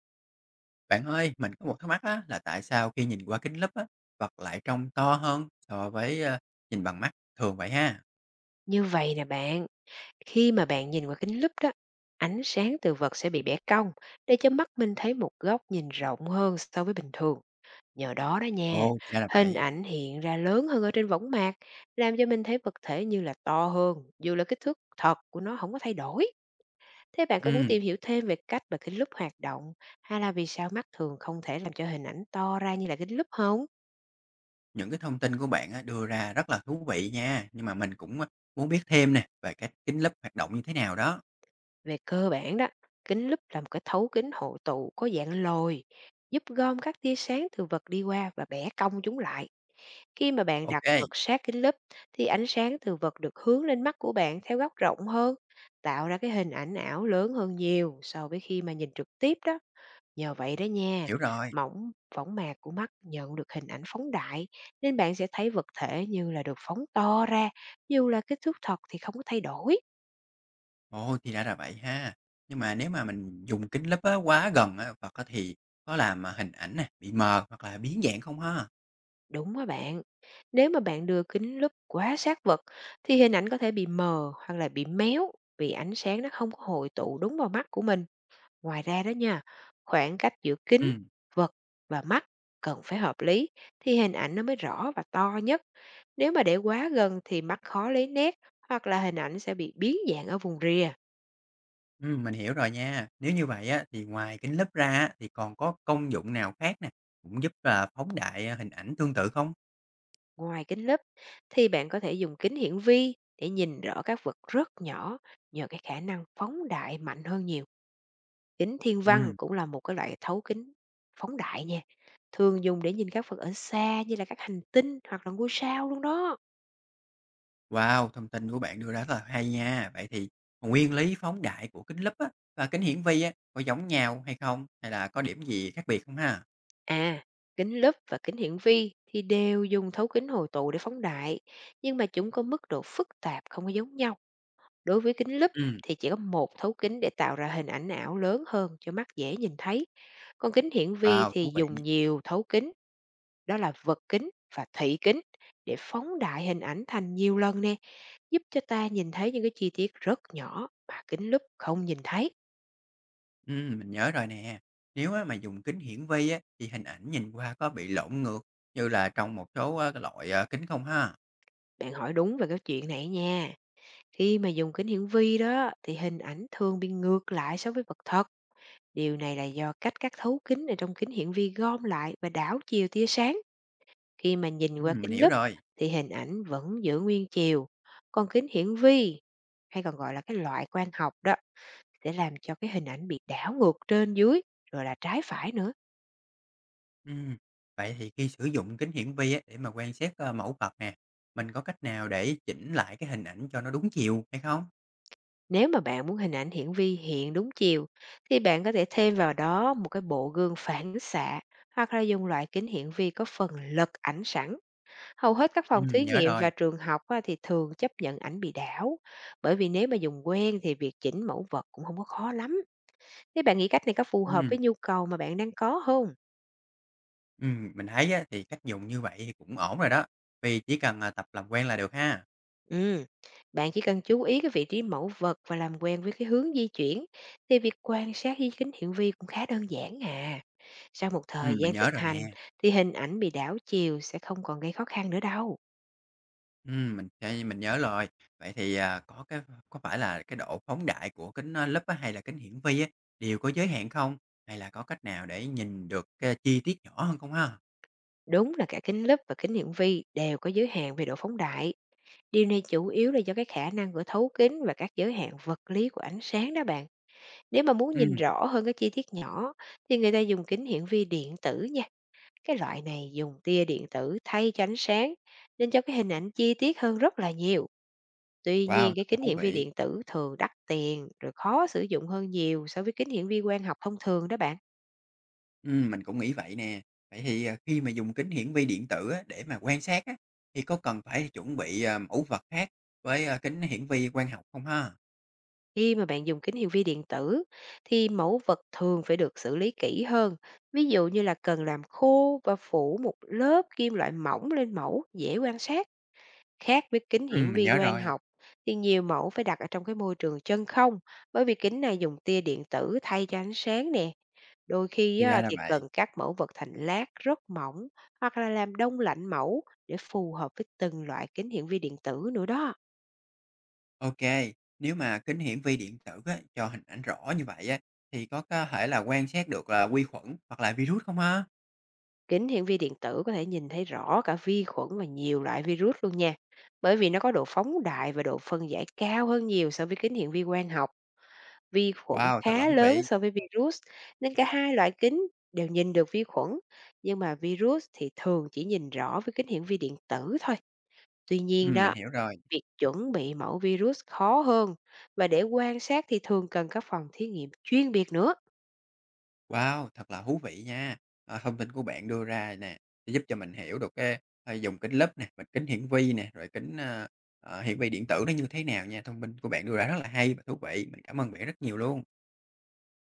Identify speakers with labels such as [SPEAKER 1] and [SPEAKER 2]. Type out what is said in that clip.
[SPEAKER 1] Bạn ơi, mình có một thắc mắc á, là tại sao khi nhìn qua kính lúp á, vật lại trông to hơn so với, nhìn bằng mắt thường vậy ha?
[SPEAKER 2] Như vậy nè bạn, khi mà bạn nhìn qua kính lúp đó, ánh sáng từ vật sẽ bị bẻ cong để cho mắt mình thấy một góc nhìn rộng hơn so với bình thường. Nhờ đó đó nha,
[SPEAKER 1] Ồ, thì ra là
[SPEAKER 2] hình
[SPEAKER 1] vậy.
[SPEAKER 2] ảnh hiện ra lớn hơn ở trên võng mạc, làm cho mình thấy vật thể như là to hơn, dù là kích thước thật của nó không có thay đổi. Thế bạn có muốn
[SPEAKER 1] Ừm,
[SPEAKER 2] tìm hiểu thêm về cách mà kính lúp hoạt động, hay là vì sao mắt thường không thể làm cho hình ảnh to ra như là kính lúp không?
[SPEAKER 1] những cái thông tin của bạn á, đưa ra rất là thú vị nha, nhưng mà mình cũng, muốn biết thêm nè, về cách kính lúp hoạt động như thế nào đó.
[SPEAKER 2] Về cơ bản đó, kính lúp là một cái thấu kính hộ tụ có dạng lồi, giúp gom các tia sáng từ vật đi qua và bẻ cong chúng lại. Khi mà bạn đặt
[SPEAKER 1] Ok,
[SPEAKER 2] vật sát kính lúp thì ánh sáng từ vật được hướng lên mắt của bạn theo góc rộng hơn, tạo ra cái hình ảnh ảo lớn hơn nhiều so với khi mà nhìn trực tiếp đó. Nhờ vậy đó nha,
[SPEAKER 1] hiểu rồi.
[SPEAKER 2] mỏng võng mạc của mắt nhận được hình ảnh phóng đại, nên bạn sẽ thấy vật thể như là được phóng to ra, dù là kích thước thật thì không có thay đổi.
[SPEAKER 1] Ồ, thì ra là vậy ha. Nhưng mà nếu mà mình dùng kính lúp á, quá gần á, vật á, thì có làm, mà hình ảnh nè, bị mờ hoặc là biến dạng không ha?
[SPEAKER 2] Đúng đó bạn. Nếu mà bạn đưa kính lúp quá sát vật thì hình ảnh có thể bị mờ hoặc là bị méo, vì ánh sáng nó không có hội tụ đúng vào mắt của mình. Ngoài ra đó nha, khoảng cách giữa kính,
[SPEAKER 1] Ừm.
[SPEAKER 2] vật và mắt cần phải hợp lý thì hình ảnh nó mới rõ và to nhất. Nếu mà để quá gần thì mắt khó lấy nét hoặc là hình ảnh sẽ bị biến dạng ở vùng rìa.
[SPEAKER 1] Mình hiểu rồi nha. Nếu như vậy á, thì ngoài kính lúp ra á, thì còn có công dụng nào khác nè, cũng giúp là phóng đại, hình ảnh tương tự không?
[SPEAKER 2] Ngoài kính lúp thì bạn có thể dùng kính hiển vi để nhìn rõ các vật rất nhỏ nhờ cái khả năng phóng đại mạnh hơn nhiều. Kính thiên văn
[SPEAKER 1] Ừm,
[SPEAKER 2] cũng là một cái loại thấu kính phóng đại nha, thường dùng để nhìn các vật ở xa như là các hành tinh hoặc là ngôi sao luôn đó.
[SPEAKER 1] wow, thông tin của bạn đưa ra rất là hay nha. Vậy thì nguyên lý phóng đại của kính lúp á, và kính hiển vi á, có giống nhau hay không? Hay là có điểm gì khác biệt không ha?
[SPEAKER 2] À, kính lúp và kính hiển vi thì đều dùng thấu kính hồi tụ để phóng đại, nhưng mà chúng có mức độ phức tạp không có giống nhau. Đối với kính lúp
[SPEAKER 1] Ừm,
[SPEAKER 2] thì chỉ có một thấu kính để tạo ra hình ảnh ảo lớn hơn cho mắt dễ nhìn thấy. Còn kính hiển vi
[SPEAKER 1] wow,
[SPEAKER 2] thì
[SPEAKER 1] thú
[SPEAKER 2] dùng
[SPEAKER 1] vị.
[SPEAKER 2] nhiều thấu kính, đó là vật kính và thị kính, để phóng đại hình ảnh thành nhiều lần nè, giúp cho ta nhìn thấy những cái chi tiết rất nhỏ mà kính lúp không nhìn thấy.
[SPEAKER 1] Mình nhớ rồi nè. Nếu á, mà dùng kính hiển vi á, thì hình ảnh nhìn qua có bị lộn ngược như là trong một số á, cái loại à, kính không ha?
[SPEAKER 2] Bạn hỏi đúng về cái chuyện này nha. Khi mà dùng kính hiển vi đó thì hình ảnh thường bị ngược lại so với vật thật. Điều này là do cách các thấu kính ở trong kính hiển vi gom lại và đảo chiều tia sáng. Khi mà nhìn qua
[SPEAKER 1] Mình
[SPEAKER 2] kính
[SPEAKER 1] hiểu
[SPEAKER 2] lúp
[SPEAKER 1] rồi.
[SPEAKER 2] thì hình ảnh vẫn giữ nguyên chiều. Còn kính hiển vi, hay còn gọi là cái loại quang học đó, sẽ làm cho cái hình ảnh bị đảo ngược trên dưới rồi là trái phải nữa.
[SPEAKER 1] Ừm, vậy thì khi sử dụng kính hiển vi á để mà quan sát, mẫu vật nè, mình có cách nào để chỉnh lại cái hình ảnh cho nó đúng chiều hay không?
[SPEAKER 2] Nếu mà bạn muốn hình ảnh hiển vi hiện đúng chiều thì bạn có thể thêm vào đó một cái bộ gương phản xạ hoặc là dùng loại kính hiển vi có phần lật ảnh sẵn. Hầu hết các phòng thí
[SPEAKER 1] Nhớ
[SPEAKER 2] nghiệm và
[SPEAKER 1] rồi.
[SPEAKER 2] trường học á, thì thường chấp nhận ảnh bị đảo, bởi vì nếu mà dùng quen thì việc chỉnh mẫu vật cũng không có khó lắm. Thế bạn nghĩ cách này có phù hợp
[SPEAKER 1] Ừm,
[SPEAKER 2] với nhu cầu mà bạn đang có không?
[SPEAKER 1] mình thấy á thì cách dùng như vậy thì cũng ổn rồi đó, vì chỉ cần, à, tập làm quen là được ha.
[SPEAKER 2] Ừm, bạn chỉ cần chú ý cái vị trí mẫu vật và làm quen với cái hướng di chuyển thì việc quan sát di kính hiển vi cũng khá đơn giản à. Sau một thời
[SPEAKER 1] Mình
[SPEAKER 2] gian
[SPEAKER 1] nhớ
[SPEAKER 2] thực
[SPEAKER 1] rồi
[SPEAKER 2] hành
[SPEAKER 1] nè,
[SPEAKER 2] thì hình ảnh bị đảo chiều sẽ không còn gây khó khăn nữa đâu.
[SPEAKER 1] mình sẽ nhớ rồi. Vậy thì, à, có phải là cái độ phóng đại của kính, lúp á hay là kính hiển vi á đều có giới hạn không? Hay là có cách nào để nhìn được, cái chi tiết nhỏ hơn không ha?
[SPEAKER 2] Đúng là cả kính lúp và kính hiển vi đều có giới hạn về độ phóng đại. Điều này chủ yếu là do cái khả năng của thấu kính và các giới hạn vật lý của ánh sáng đó bạn. Nếu mà muốn nhìn
[SPEAKER 1] Ừm,
[SPEAKER 2] rõ hơn các chi tiết nhỏ thì người ta dùng kính hiển vi điện tử nha. Cái loại này dùng tia điện tử thay cho ánh sáng nên cho cái hình ảnh chi tiết hơn rất là nhiều. Tuy
[SPEAKER 1] wow,
[SPEAKER 2] nhiên,
[SPEAKER 1] thật
[SPEAKER 2] cái
[SPEAKER 1] là
[SPEAKER 2] kính
[SPEAKER 1] thú
[SPEAKER 2] hiển vi
[SPEAKER 1] vị.
[SPEAKER 2] điện tử thường đắt tiền rồi khó sử dụng hơn nhiều so với kính hiển vi quang học thông thường đó bạn.
[SPEAKER 1] Mình cũng nghĩ vậy nè. Vậy thì, à, khi mà dùng kính hiển vi điện tử á, để mà quan sát á, thì có cần phải chuẩn bị, à, mẫu vật khác với, kính hiển vi quang học không ha?
[SPEAKER 2] Khi mà bạn dùng kính hiển vi điện tử thì mẫu vật thường phải được xử lý kỹ hơn. Ví dụ như là cần làm khô và phủ một lớp kim loại mỏng lên mẫu dễ quan sát. Khác với kính hiển
[SPEAKER 1] Mình
[SPEAKER 2] vi
[SPEAKER 1] nhớ
[SPEAKER 2] quang
[SPEAKER 1] rồi,
[SPEAKER 2] học thì nhiều mẫu phải đặt ở trong cái môi trường chân không, bởi vì kính này dùng tia điện tử thay cho ánh sáng nè. Đôi khi
[SPEAKER 1] thì ra
[SPEAKER 2] á,
[SPEAKER 1] là
[SPEAKER 2] thì
[SPEAKER 1] vậy.
[SPEAKER 2] cần cắt mẫu vật thành lát rất mỏng hoặc là làm đông lạnh mẫu để phù hợp với từng loại kính hiển vi điện tử nữa đó.
[SPEAKER 1] Ok, nếu mà kính hiển vi điện tử á, cho hình ảnh rõ như vậy á, thì có thể là quan sát được là vi khuẩn hoặc là virus không ha?
[SPEAKER 2] Kính hiển vi điện tử có thể nhìn thấy rõ cả vi khuẩn và nhiều loại virus luôn nha. Bởi vì nó có độ phóng đại và độ phân giải cao hơn nhiều so với kính hiển vi quang học. Vi khuẩn
[SPEAKER 1] Wow, thật là
[SPEAKER 2] khá
[SPEAKER 1] thú
[SPEAKER 2] lớn
[SPEAKER 1] vị.
[SPEAKER 2] so với virus nên cả hai loại kính đều nhìn được vi khuẩn, nhưng mà virus thì thường chỉ nhìn rõ với kính hiển vi điện tử thôi. Tuy nhiên
[SPEAKER 1] Mình
[SPEAKER 2] đó,
[SPEAKER 1] hiểu rồi.
[SPEAKER 2] việc chuẩn bị mẫu virus khó hơn và để quan sát thì thường cần các phòng thí nghiệm chuyên biệt nữa.
[SPEAKER 1] Wow, thật là thú vị nha. Ờ, thông tin của bạn đưa ra nè, sẽ giúp cho mình hiểu được cái, ờ, dùng kính lúp nè, rồi kính hiển vi nè, rồi kính, hiển vi điện tử nó như thế nào nha. Thông tin của bạn đưa ra rất là hay và thú vị. Mình cảm ơn bạn rất nhiều luôn.